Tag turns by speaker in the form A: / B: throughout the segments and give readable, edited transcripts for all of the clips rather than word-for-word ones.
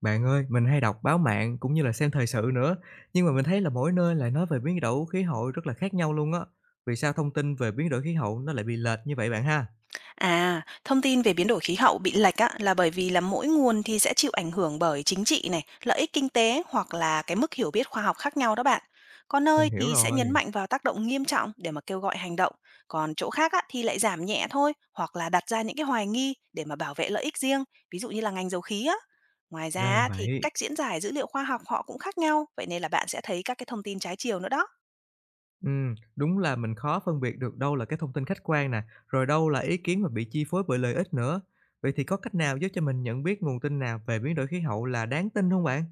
A: Bạn ơi, mình hay đọc báo mạng cũng như là xem thời sự nữa, nhưng mà mình thấy là mỗi nơi lại nói về biến đổi khí hậu rất là khác nhau luôn á. Vì sao thông tin về biến đổi khí hậu nó lại bị lệch như vậy bạn ha?
B: À, thông tin về biến đổi khí hậu bị lệch á, là bởi vì là mỗi nguồn thì sẽ chịu ảnh hưởng bởi chính trị này, lợi ích kinh tế hoặc là cái mức hiểu biết khoa học khác nhau đó bạn. Có
A: Mình
B: nơi
A: hiểu
B: thì sẽ nhấn
A: rồi,
B: mạnh vào tác động nghiêm trọng để mà kêu gọi hành động, còn chỗ khác á, thì lại giảm nhẹ thôi hoặc là đặt ra những cái hoài nghi để mà bảo vệ lợi ích riêng, ví dụ như là ngành dầu khí á. Ngoài
A: ra
B: ra
A: là
B: á, thì cái
A: vậy.
B: cách diễn giải dữ liệu khoa học họ cũng khác nhau, vậy nên là bạn sẽ thấy các cái thông tin trái chiều nữa đó.
A: Đúng là mình khó phân biệt được đâu là cái thông tin khách quan nè, rồi đâu là ý kiến mà bị chi phối bởi lợi ích nữa. Vậy thì có cách nào giúp cho mình nhận biết nguồn tin nào về biến đổi khí hậu là đáng tin không bạn?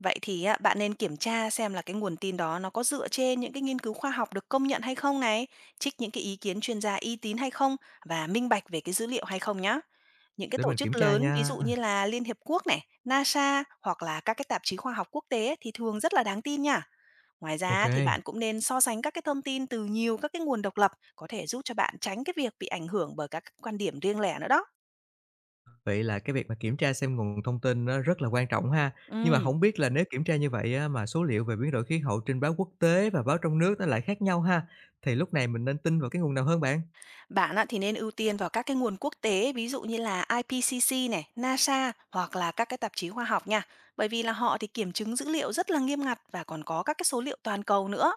B: Vậy thì á, bạn nên kiểm tra xem là cái nguồn tin đó nó có dựa trên những cái nghiên cứu khoa học được công nhận hay không này, trích những cái ý kiến chuyên gia uy tín hay không và minh bạch về cái dữ liệu hay không nhá. Những cái
A: Để
B: tổ
A: mình kiểm
B: chức
A: tra
B: lớn ví
A: nha.
B: dụ như là Liên Hiệp Quốc này, NASA hoặc là các cái tạp chí khoa học quốc tế ấy, thì thường rất là đáng tin nha. Ngoài
A: Ok.
B: ra thì bạn cũng nên so sánh các cái thông tin từ nhiều các cái nguồn độc lập có thể giúp cho bạn tránh cái việc bị ảnh hưởng bởi các cái quan điểm riêng lẻ nữa đó.
A: Vậy là cái việc mà kiểm tra xem nguồn thông tin nó rất là quan trọng ha. Nhưng mà
B: Ừ.
A: không biết là nếu kiểm tra như vậy á, mà số liệu về biến đổi khí hậu trên báo quốc tế và báo trong nước nó lại khác nhau ha, thì lúc này mình nên tin vào cái nguồn nào hơn bạn?
B: Bạn á, thì nên ưu tiên vào các cái nguồn quốc tế, ví dụ như là IPCC này, NASA hoặc là các cái tạp chí khoa học nha. Bởi vì là họ thì kiểm chứng dữ liệu rất là nghiêm ngặt và còn có các cái số liệu toàn cầu nữa.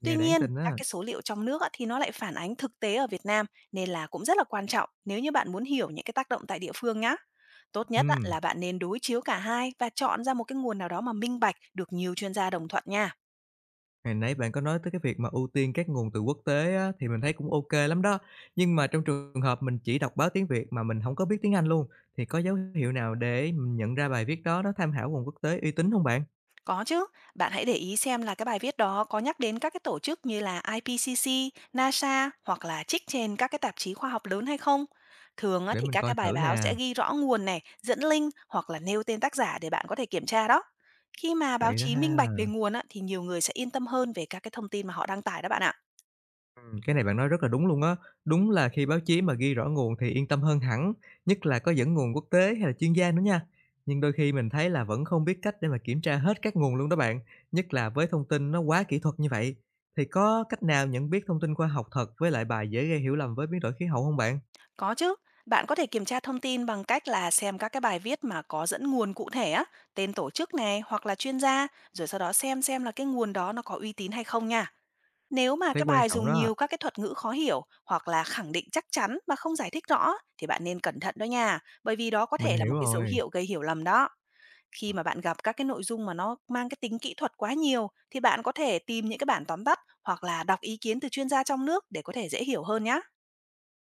A: Nghe
B: Tuy
A: đáng
B: nhiên,
A: tin
B: các
A: á.
B: cái số liệu trong nước á, thì nó lại phản ánh thực tế ở Việt Nam nên là cũng rất là quan trọng nếu như bạn muốn hiểu những cái tác động tại địa phương nhá. Tốt nhất á,
A: Ừm,
B: là bạn nên đối chiếu cả hai và chọn ra một cái nguồn nào đó mà minh bạch được nhiều chuyên gia đồng thuận nha.
A: hồi nãy bạn có nói tới cái việc mà ưu tiên các nguồn từ quốc tế á, thì mình thấy cũng ok lắm đó. Nhưng mà trong trường hợp mình chỉ đọc báo tiếng Việt mà mình không có biết tiếng Anh luôn, thì có dấu hiệu nào để mình nhận ra bài viết đó nó tham khảo nguồn quốc tế uy tín không bạn?
B: Có chứ, bạn hãy để ý xem là cái bài viết đó có nhắc đến các cái tổ chức như là IPCC, NASA hoặc là trích trên các cái tạp chí khoa học lớn hay không. Thường á,
A: Để
B: thì
A: mình
B: các
A: coi
B: cái bài
A: thử
B: báo
A: nè.
B: sẽ ghi rõ nguồn này, dẫn link hoặc là nêu tên tác giả để bạn có thể kiểm tra đó. Khi mà báo
A: Vậy đó
B: chí
A: ha.
B: minh bạch về nguồn á, thì nhiều người sẽ yên tâm hơn về các cái thông tin mà họ đăng tải đó bạn ạ.
A: Cái này bạn nói rất là đúng luôn á. Đúng là khi báo chí mà ghi rõ nguồn thì yên tâm hơn hẳn, nhất là có dẫn nguồn quốc tế hay là chuyên gia nữa nha. Nhưng đôi khi mình thấy là vẫn không biết cách để mà kiểm tra hết các nguồn luôn đó bạn, nhất là với thông tin nó quá kỹ thuật như vậy. Thì có cách nào nhận biết thông tin khoa học thật với lại bài dễ gây hiểu lầm với biến đổi khí hậu không bạn?
B: Có chứ, bạn có thể kiểm tra thông tin bằng cách là xem các cái bài viết mà có dẫn nguồn cụ thể á, tên tổ chức này hoặc là chuyên gia, rồi sau đó xem là cái nguồn đó nó có uy tín hay không nha. Nếu mà
A: Thấy
B: cái
A: quan
B: bài
A: trọng
B: dùng
A: đó,
B: nhiều các cái thuật ngữ khó hiểu hoặc là khẳng định chắc chắn mà không giải thích rõ thì bạn nên cẩn thận đó nha, bởi vì đó có
A: mình
B: thể là
A: hiểu
B: một cái dấu
A: rồi.
B: hiệu gây hiểu lầm đó. Khi mà bạn gặp các cái nội dung mà nó mang cái tính kỹ thuật quá nhiều thì bạn có thể tìm những cái bản tóm tắt hoặc là đọc ý kiến từ chuyên gia trong nước để có thể dễ hiểu hơn nhé.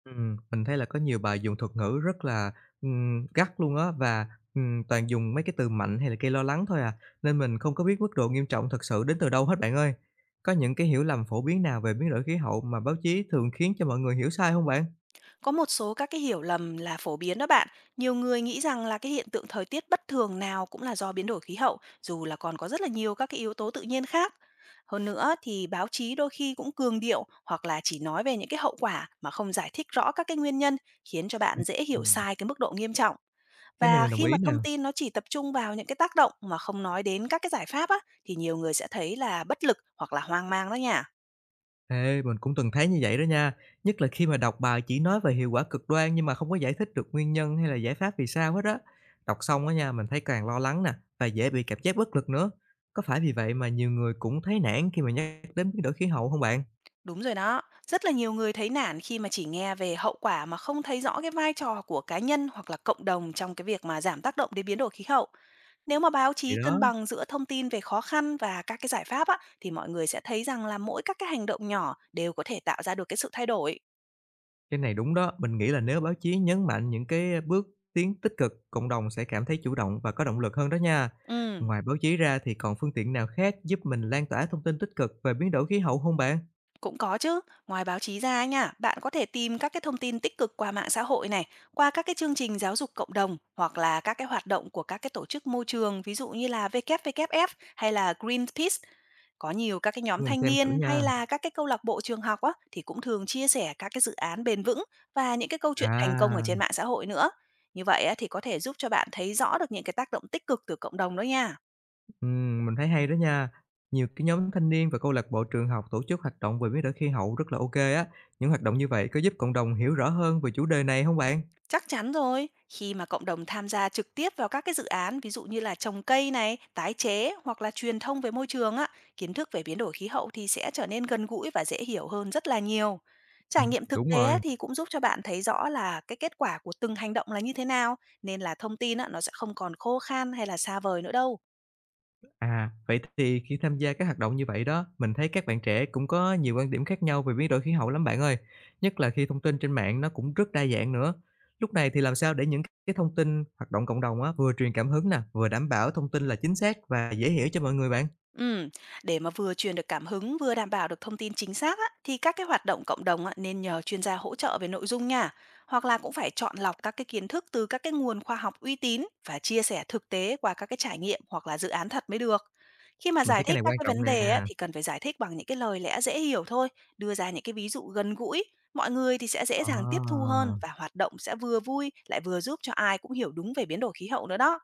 A: Mình thấy là có nhiều bài dùng thuật ngữ rất là, gắt luôn á và, toàn dùng mấy cái từ mạnh hay là gây lo lắng thôi à, nên mình không có biết mức độ nghiêm trọng thật sự đến từ đâu hết bạn ơi. Có những cái hiểu lầm phổ biến nào về biến đổi khí hậu mà báo chí thường khiến cho mọi người hiểu sai không bạn?
B: Có một số các cái hiểu lầm là phổ biến đó bạn. Nhiều người nghĩ rằng là cái hiện tượng thời tiết bất thường nào cũng là do biến đổi khí hậu, dù là còn có rất là nhiều các cái yếu tố tự nhiên khác. Hơn nữa thì báo chí đôi khi cũng cường điệu hoặc là chỉ nói về những cái hậu quả mà không giải thích rõ các cái nguyên nhân, khiến cho bạn dễ hiểu
A: Ừm.
B: sai cái mức độ nghiêm trọng.
A: Cái này
B: Và
A: mình đồng
B: khi mà
A: ý nè.
B: thông tin nó chỉ tập trung vào những cái tác động mà không nói đến các cái giải pháp á, thì nhiều người sẽ thấy là bất lực hoặc là hoang mang đó nha.
A: Ê, mình cũng từng thấy như vậy đó nha, nhất là khi mà đọc bài chỉ nói về hiệu quả cực đoan nhưng mà không có giải thích được nguyên nhân hay là giải pháp vì sao hết á. Đọc xong á nha, mình thấy càng lo lắng nè và dễ bị cảm giác bất lực nữa. Có phải vì vậy mà nhiều người cũng thấy nản khi mà nhắc đến biến đổi khí hậu không bạn?
B: Đúng rồi đó, rất là nhiều người thấy nản khi mà chỉ nghe về hậu quả mà không thấy rõ cái vai trò của cá nhân hoặc là cộng đồng trong cái việc mà giảm tác động đến biến đổi khí hậu. Nếu mà báo
A: Thì
B: chí cân
A: đó,
B: bằng giữa thông tin về khó khăn và các cái giải pháp á, thì mọi người sẽ thấy rằng là mỗi các cái hành động nhỏ đều có thể tạo ra được cái sự thay đổi.
A: cái này đúng đó, mình nghĩ là nếu báo chí nhấn mạnh những cái bước tiến tích cực, cộng đồng sẽ cảm thấy chủ động và có động lực hơn đó nha.
B: Ừ,
A: Ngoài báo chí ra thì còn phương tiện nào khác giúp mình lan tỏa thông tin tích cực về biến đổi khí hậu không bạn?
B: cũng có chứ. Ngoài báo chí ra ấy nha, bạn có thể tìm các cái thông tin tích cực qua mạng xã hội này, qua các cái chương trình giáo dục cộng đồng hoặc là các cái hoạt động của các cái tổ chức môi trường, ví dụ như là WWF hay là Greenpeace. Có nhiều các cái
A: Để
B: nhóm
A: mình
B: thanh
A: xem thử
B: niên hay
A: nha.
B: là các cái câu lạc bộ trường học á thì cũng thường chia sẻ các cái dự án bền vững và những cái câu chuyện thành công ở
A: À.
B: trên mạng xã hội nữa. Như vậy á, thì có thể giúp cho bạn thấy rõ được những cái tác động tích cực từ cộng đồng đó nha.
A: Mình thấy hay đó nha. Nhiều cái nhóm thanh niên và câu lạc bộ trường học tổ chức hoạt động về biến đổi khí hậu rất là OK á. Những hoạt động như vậy có giúp cộng đồng hiểu rõ hơn về chủ đề này không bạn?
B: Chắc chắn rồi, khi mà cộng đồng tham gia trực tiếp vào các cái dự án ví dụ như là trồng cây này, tái chế hoặc là truyền thông về môi trường á, kiến thức về biến đổi khí hậu thì sẽ trở nên gần gũi và dễ hiểu hơn rất là nhiều. Trải nghiệm thực
A: Đúng
B: tế á,
A: rồi.
B: thì cũng giúp cho bạn thấy rõ là cái kết quả của từng hành động là như thế nào, nên là thông tin á, nó sẽ không còn khô khan hay là xa vời nữa đâu.
A: À, vậy thì khi tham gia các hoạt động như vậy đó, mình thấy các bạn trẻ cũng có nhiều quan điểm khác nhau về biến đổi khí hậu lắm bạn ơi, nhất là khi thông tin trên mạng nó cũng rất đa dạng nữa. Lúc này thì làm sao để những cái thông tin hoạt động cộng đồng á, vừa truyền cảm hứng nè, vừa đảm bảo thông tin là chính xác và dễ hiểu cho mọi người bạn?
B: Ừm, để mà vừa truyền được cảm hứng, vừa đảm bảo được thông tin chính xác á, thì các cái hoạt động cộng đồng á, nên nhờ chuyên gia hỗ trợ về nội dung nha. Hoặc là cũng phải chọn lọc các cái kiến thức từ các cái nguồn khoa học uy tín và chia sẻ thực tế qua các cái trải nghiệm hoặc là dự án thật mới được. Khi mà
A: Mình
B: giải
A: thấy cái
B: thích
A: này
B: các
A: quan
B: cái
A: trọng
B: vấn đề á,
A: nè.
B: thì cần phải giải thích bằng những cái lời lẽ dễ hiểu thôi, đưa ra những cái ví dụ gần gũi, mọi người thì sẽ
A: Ờ.
B: dễ dàng tiếp thu hơn và hoạt động sẽ vừa vui lại vừa giúp cho ai cũng hiểu đúng về biến đổi khí hậu nữa đó.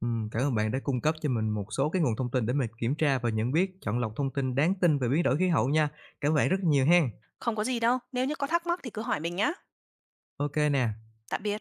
A: Cảm ơn bạn đã cung cấp cho mình một số cái nguồn thông tin để mình kiểm tra và nhận biết, chọn lọc thông tin đáng tin về biến đổi khí hậu nha. Cảm ơn bạn rất nhiều hen.
B: Không có gì đâu, nếu như có thắc mắc thì cứ hỏi mình nhá.
A: Ok nè.
B: Tạm biệt.